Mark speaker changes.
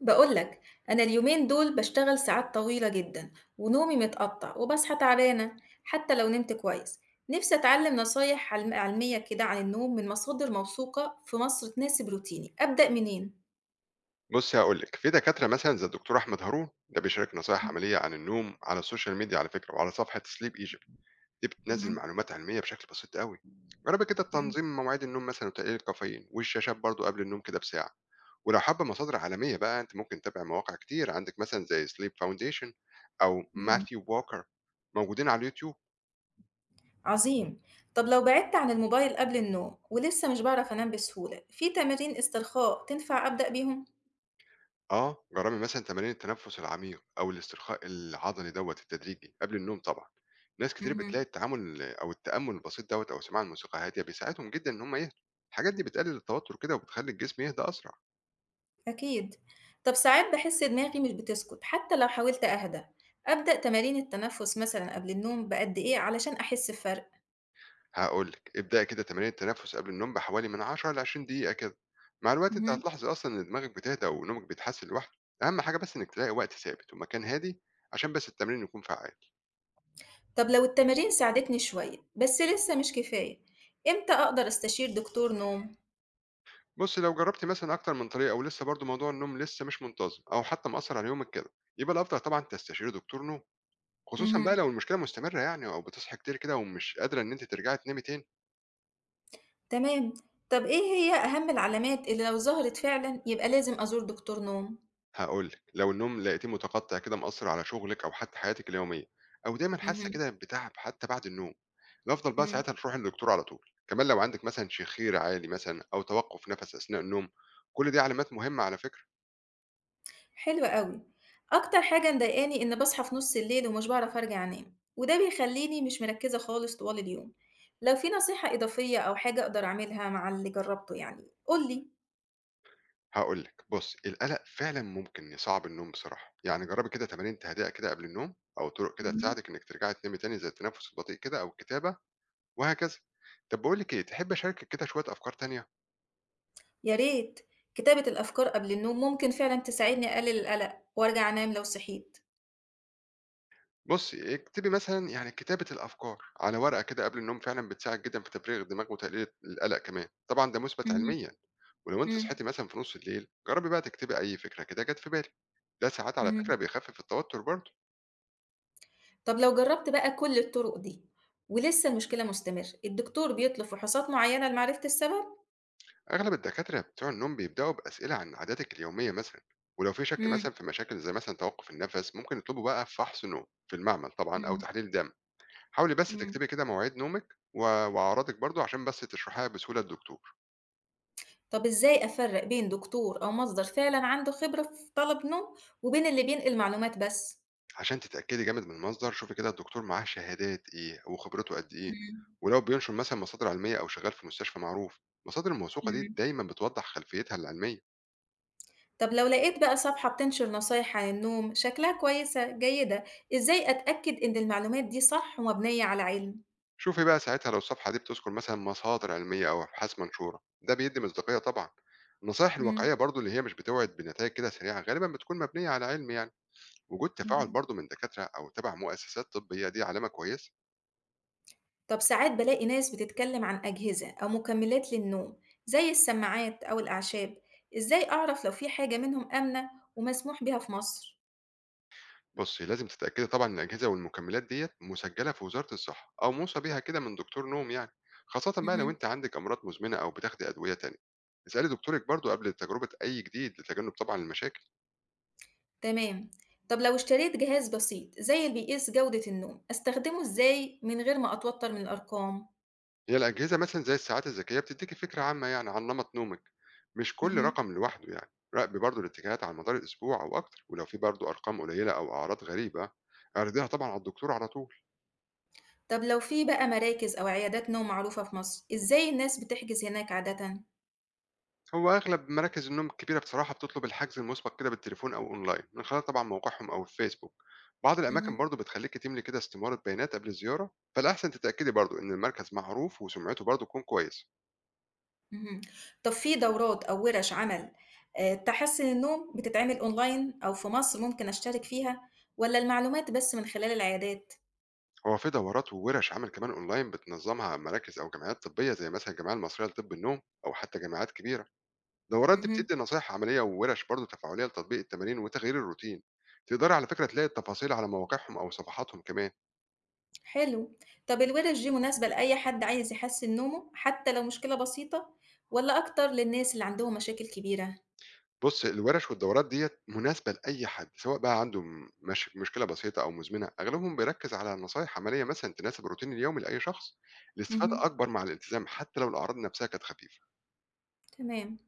Speaker 1: بقولك أنا اليومين دول بشتغل ساعات طويلة جدا، ونومي متقطع وبصحى تعبانة حتى لو نمت كويس. نفسي أتعلم نصايح علمية كده عن النوم من مصادر موثوقة في مصر تناسب روتيني. أبدأ منين؟
Speaker 2: بُصّي هاقول لِك، في دكاترة مثلًا زي الدكتور أحمد هارون، ده بيشارك نصايح عملية عن النوم على السوشيال ميديا على فكرة وعلى صفحة sleep Egypt، دي بتنزّل
Speaker 1: مهم.
Speaker 2: معلومات علمية بشكل بسيط أوي. جرّبي كده
Speaker 1: مهم.
Speaker 2: تنظيم مواعيد النوم مثلًا وتقليل الكافيين والشاشات برضه قبل النوم كده بساعة، ولو حابة مصادر عالمية بقى أنتِ ممكن تتابعي مواقع كتير عندِك مثلًا زي sleep foundation أو
Speaker 1: مهم.
Speaker 2: Matthew Walker موجودين على اليوتيوب.
Speaker 1: عظيم. طب لو بعدت عن الموبايل قبل النوم ولسه مش بعرف أنام بسهولة، في تمارين استرخاء تنفع أبدأ بيهم؟
Speaker 2: آه، جرّبي مثلًا تمارين التنفس العميق أو الاسترخاء العضلي دوّة التدريجي قبل النوم طبعًا، ناس كتير بتلاقي
Speaker 1: مهم.
Speaker 2: التعامل أو التأمُّل البسيط دوّة أو سماع الموسيقى هادية بيساعدهم جدًا إن هم يهدوا، الحاجات دي بتقلل التوتر كده وبتخلّي الجسم يهدى أسرع.
Speaker 1: أكيد. طب ساعات باحس دماغي مش بتسكت حتى لو حاولت أهدى، أبدأ تمارين التنفس مثلًا قبل النوم بقد إيه علشان أحس بفرق؟
Speaker 2: هاقول لِك ابدئي كده تمارين التنفس قبل النوم بحوالي من 10 ل20 دقيقة كده، مع الوقت أنتِ
Speaker 1: مهم.
Speaker 2: هتلاحظي أصلًا إن دماغك بتهدى ونومك بيتحسن لوحده، أهم حاجة بس إنِّك تلاقي وقت ثابت ومكان هادي عشان بس التمرين يكون فعّال.
Speaker 1: طب لو التمارين ساعدتني شوية بس لسه مش كفاية، إمتى أقدر أستشير دكتور نوم؟
Speaker 2: بُصّي، لو جرّبتِ مثلًا أكتر من طريقة ولسه برضه موضوع النوم لسه مش منتظم أو حتى مأثّر على يومِك كده، يبقى الأفضل طبعًا تستشيري دكتور نوم، خصوصًا بقى
Speaker 1: مهم.
Speaker 2: لو المشكلة مستمرة يعني أو بتصحي كتير كده ومش قادرة إن أنتِ ترجعي تنامي تاني.
Speaker 1: تمام. طب إيه هي أهم العلامات اللي لو ظهرت فعلًا يبقى لازم أزور دكتور نوم؟
Speaker 2: هاقول لِك، لو النوم لقيتيه متقطّع كده مأثّر على شغلِك أو حتى حياتِك اليومية أو دايمًا حاسة
Speaker 1: مهم.
Speaker 2: كده بتعب حتى بعد النوم، الأفضل بقى
Speaker 1: مم.
Speaker 2: ساعتها تروحي للدكتور على طول. كمان لو عندِك مثلًا شخير عالي مثلًا أو توقُّف نَفَس أثناء النوم، كل دي علامات مهمة على فكرة.
Speaker 1: حلو أوي. أكتر حاجة مضايقاني إن باصحى في نُص الليل ومش باعرف أرجع أنام، وده بيخلّيني مش مركّزة خالص طوال اليوم. لو في نصيحة إضافية أو حاجة أقدر أعملها مع اللي جرّبته، يعني قُل لي.
Speaker 2: هاقول لك، بُصّي، القلق فعلًا ممكن يصعّب النوم بصراحة، يعني جرّبي كده تمارين تهدئة كده قبل النوم أو طُرق كده
Speaker 1: اهم.
Speaker 2: تساعدِك إنِّك ترجعي تنامي تاني زي التنفس البطيء كده أو الكتابة وهكذا. طَب باقول لِك إيه، تحبّي أشاركِك كده شوية أفكار تانية؟
Speaker 1: يا ريت. كتابة الأفكار قبل النوم ممكن فعلًا تساعدني أقلل القلق وأرجع أنام لو صحيت.
Speaker 2: بُصّي، اكتبي مثلًا يعني كتابة الأفكار على ورقة كده قبل النوم فعلًا بتساعد جدًا في تفريغ الدماغ وتقليل القلق كمان، طبعًا ده مُثبت
Speaker 1: اهم.
Speaker 2: علميًا. ولو أنتِ
Speaker 1: إمم.
Speaker 2: صحيتِ مثلًا في نُص الليل، جرّبي بقى تكتبي أي فكرة كده جات في بالِك، ده ساعات على
Speaker 1: اهم.
Speaker 2: فكرة بيخفِّف التوتر برضه.
Speaker 1: طب لو جرّبت بقى كل الطُرق دي ولسه المشكلة مستمرة، الدكتور بيطلب فحوصات معيّنة لمعرفة السبب؟
Speaker 2: اغلب الدكاتره بتوع النوم بيبداوا باسئله عن عاداتك اليوميه مثلا، ولو في شك
Speaker 1: إمم.
Speaker 2: مثلا في مشاكل زي مثلا توقف النفس ممكن يطلبوا بقى فحص نوم في المعمل طبعا او
Speaker 1: إمم.
Speaker 2: تحليل دم. حاولي بس
Speaker 1: إمم.
Speaker 2: تكتبي كده مواعيد نومك واعراضك برضو عشان بس تشرحيها بسهوله للدكتور.
Speaker 1: طب إزاي أفرّق بين دكتور أو مصدر فعلًا عنده خبرة في طلب نوم، وبين اللي بينقل معلومات بس؟
Speaker 2: عشان تتاكدي جامد من المصدر شوفي كده الدكتور معاه شهادات ايه وخبرته قد ايه،
Speaker 1: إمم،
Speaker 2: ولو بينشر مثلا مصادر علميه او شغال في مستشفى معروف. المصادر الموثوقه دي
Speaker 1: إمم.
Speaker 2: دايما بتوضح خلفيتها العلميه.
Speaker 1: طب لو لقيت بقى صفحة بتنشر نصايح عن النوم شكلها كويسة جيدة، إزاي أتأكد إن المعلومات دي صح ومبنية على علم؟
Speaker 2: شوفي بقى ساعتها لو الصفحة دي بتذكر مثلا مصادر علمية أو أبحاث منشورة ده بيدي مصداقية طبعا. النصائح
Speaker 1: إمم،
Speaker 2: الواقعية برضو اللي هي مش بتوعد بنتائج كده سريعة غالبا بتكون مبنية على علم يعني، وجود تفاعل
Speaker 1: اهم.
Speaker 2: برضو من دكاترة أو تبع مؤسسات طبية دي علامة كويسة.
Speaker 1: طب ساعات بالاقي ناس بتتكلم عن أجهزة أو مكملات للنوم، زي السماعات أو الأعشاب، إزاي أعرف لو في حاجة منهم آمنة ومسموح بيها في مصر؟
Speaker 2: بصي لازم تتأكدي طبعا إن الأجهزة والمكملات ديت مسجلة في وزارة الصحة أو موصى بيها كده من دكتور نوم يعني، خاصة بقى لو
Speaker 1: اهم.
Speaker 2: أنت عندك أمراض مزمنة أو بتاخدي أدوية تانية. اسألي دكتورك برضو قبل تجربة أي جديد لتجنب طبعا المشاكل.
Speaker 1: تمام. طب لو اشتريت جهاز بسيط زي اللي بيقيس جودة النوم، أستخدمه إزاي من غير ما أتوتر من الأرقام؟
Speaker 2: هي الأجهزة مثلًا زي الساعات الذكية بتدّيكِ فكرة عامة يعني عن نمط نومِك، مش كل
Speaker 1: اهم.
Speaker 2: رقم لوحده يعني، راقبي برضه الاتجاهات على مدار الأسبوع أو أكتر، ولو في برضه أرقام قليلة أو أعراض غريبة اعرضيها طبعًا على الدكتور على طول.
Speaker 1: طب لو في بقى مراكز أو عيادات نوم معروفة في مصر، إزاي الناس بتحجز هناك عادة؟
Speaker 2: هو أغلب مراكز النوم الكبيرة بصراحة بتطلب الحجز المسبق كده بالتليفون أو أونلاين، من خلال طبعًا موقعهم أو الفيسبوك. بعض الأماكن
Speaker 1: اهم،
Speaker 2: برضه بتخلّيكِ تملي كده استمارة بيانات قبل الزيارة، فالأحسن تتأكدي برضه إن المركز معروف وسمعته برضه تكون كويسة.
Speaker 1: اهم. طب في دورات أو ورش عمل تحسّن النوم بتتعمل أونلاين أو في مصر ممكن أشترك فيها، والّا المعلومات بس من خلال العيادات؟
Speaker 2: هو في دورات وورش عمل كمان اونلاين بتنظمها مراكز او جمعيات طبيه زي مثلا الجمعيه المصريه لطب النوم او حتى جامعات كبيره. الدورات دي
Speaker 1: اهم.
Speaker 2: بتدي نصائح عمليه وورش برضه تفاعليه لتطبيق التمارين وتغيير الروتين. تقدر على فكره تلاقي التفاصيل على مواقعهم او صفحاتهم كمان.
Speaker 1: حلو. طب الورش دي مناسبة لأي حد عايز يحسّن نومه حتى لو مشكلة بسيطة، والّا أكتر للناس اللي عندهم مشاكل كبيرة؟
Speaker 2: بص الورش والدورات ديت مناسبه لاي حد سواء بقى عنده مش مشكله بسيطه او مزمنه، اغلبهم بيركز على نصائح عمليه مثلا تناسب الروتين اليومي لاي شخص. الاستفاده
Speaker 1: اهم،
Speaker 2: اكبر مع الالتزام حتى لو الاعراض نفسها كانت خفيفه.
Speaker 1: تمام.